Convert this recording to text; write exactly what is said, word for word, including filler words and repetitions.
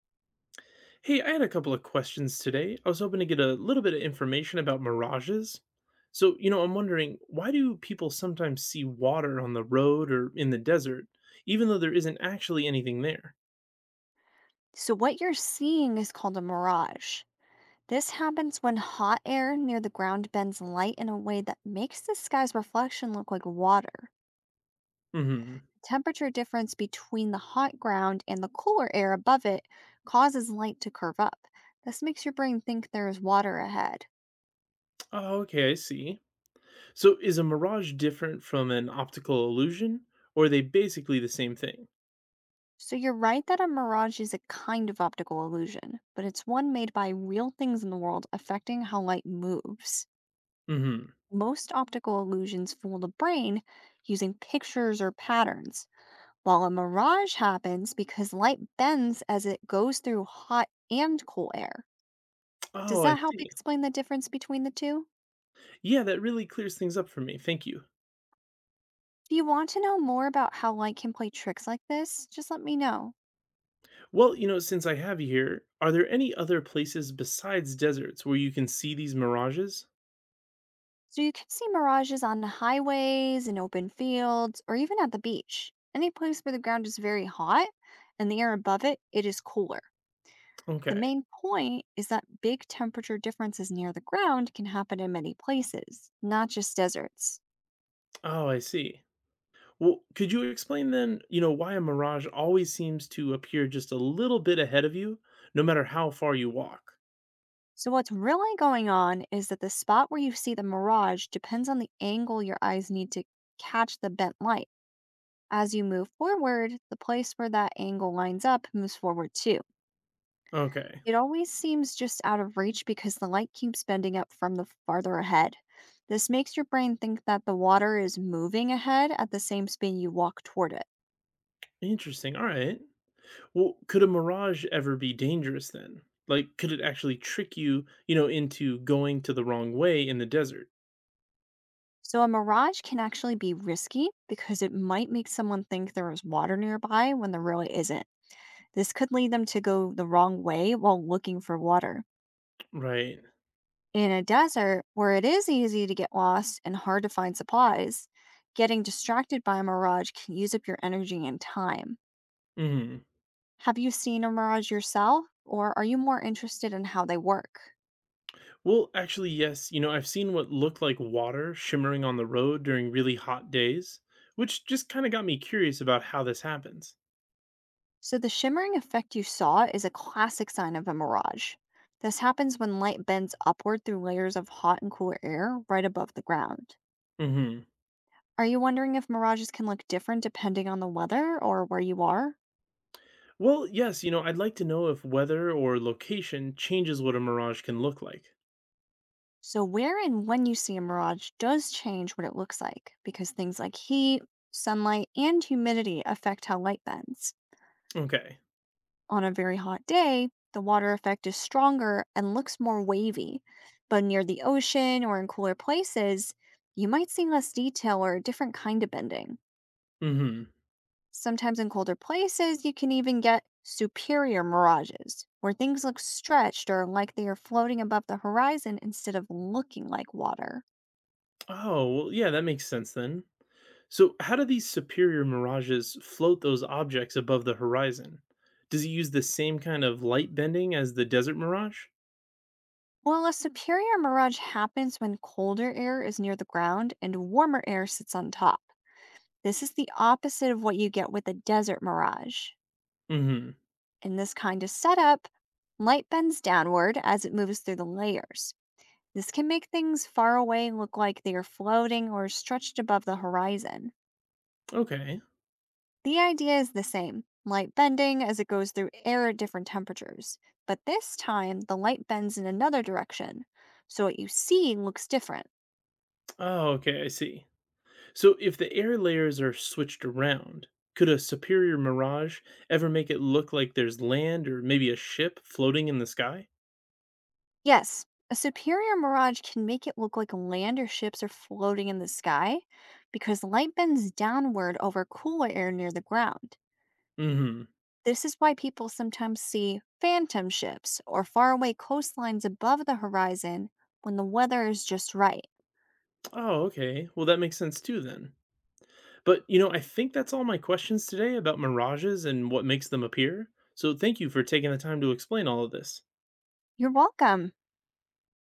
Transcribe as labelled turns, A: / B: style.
A: Hey, I had a couple of questions today. I was hoping to get a little bit of information about mirages. So, you know, I'm wondering, why do people sometimes see water on the road or in the desert, even though there isn't actually anything there?
B: So, what you're seeing is called a mirage. This happens when hot air near the ground bends light in a way that makes the sky's reflection look like water.
A: Hmm.
B: Temperature difference between the hot ground and the cooler air above it causes light to curve up. This makes your brain think there is water ahead.
A: Oh, okay, I see. So, is a mirage different from an optical illusion, or are they basically the same thing?
B: So, you're right that a mirage is a kind of optical illusion, but it's one made by real things in the world affecting how light moves.
A: Hmm.
B: Most optical illusions fool the brain using pictures or patterns, while a mirage happens because light bends as it goes through hot and cool air. Does
A: Oh, I
B: that help
A: see.
B: explain the difference between the two?
A: Yeah, that really clears things up for me. Thank you.
B: Do you want to know more about how light can play tricks like this? Just let me know.
A: Well, you know, since I have you here, are there any other places besides deserts where you can see these mirages?
B: So you can see mirages on the highways, in open fields, or even at the beach. Any place where the ground is very hot and the air above it, it is cooler. The
A: Okay.
B: main point is that big temperature differences near the ground can happen in many places, not just deserts.
A: Oh, I see. Well, could you explain then, you know, why a mirage always seems to appear just a little bit ahead of you, no matter how far you walk?
B: So, what's really going on is that the spot where you see the mirage depends on the angle your eyes need to catch the bent light. As you move forward, the place where that angle lines up moves forward too.
A: Okay.
B: It always seems just out of reach because the light keeps bending up from the farther ahead. This makes your brain think that the water is moving ahead at the same speed you walk toward it.
A: Interesting. All right. Well, could a mirage ever be dangerous then? Like, could it actually trick you, you know, into going to the wrong way in the desert?
B: So, a mirage can actually be risky because it might make someone think there is water nearby when there really isn't. This could lead them to go the wrong way while looking for water.
A: Right.
B: In a desert where it is easy to get lost and hard to find supplies, getting distracted by a mirage can use up your energy and time.
A: Hmm.
B: Have you seen a mirage yourself, or are you more interested in how they work?
A: Well, actually, yes. You know, I've seen what looked like water shimmering on the road during really hot days, which just kind of got me curious about how this happens.
B: So, the shimmering effect you saw is a classic sign of a mirage. This happens when light bends upward through layers of hot and cool air right above the ground.
A: Hmm.
B: Are you wondering if mirages can look different depending on the weather or where you are?
A: Well, yes, you know, I'd like to know if weather or location changes what a mirage can look like.
B: So, where and when you see a mirage does change what it looks like because things like heat, sunlight, and humidity affect how light bends.
A: Okay.
B: On a very hot day, the water effect is stronger and looks more wavy. But near the ocean or in cooler places, you might see less detail or a different kind of bending.
A: Hmm.
B: Sometimes in colder places, you can even get superior mirages, where things look stretched or like they are floating above the horizon instead of looking like water.
A: Oh, well, yeah, that makes sense then. So, how do these superior mirages float those objects above the horizon? Does it use the same kind of light bending as the desert mirage?
B: Well, a superior mirage happens when colder air is near the ground and warmer air sits on top. This is the opposite of what you get with a desert mirage.
A: Hmm.
B: In this kind of setup, light bends downward as it moves through the layers. This can make things far away look like they are floating or stretched above the horizon.
A: Okay.
B: The idea is the same light bending as it goes through air at different temperatures. But this time, the light bends in another direction, so what you see looks different.
A: Oh, okay, I see. So, if the air layers are switched around, could a superior mirage ever make it look like there's land or maybe a ship floating in the sky?
B: Yes, a superior mirage can make it look like land or ships are floating in the sky because light bends downward over cooler air near the ground.
A: Mm-hmm.
B: This is why people sometimes see phantom ships or faraway coastlines above the horizon when the weather is just right.
A: Oh, okay. Well, that makes sense too then. But, you know, I think that's all my questions today about mirages and what makes them appear. So thank you for taking the time to explain all of this.
B: You're welcome.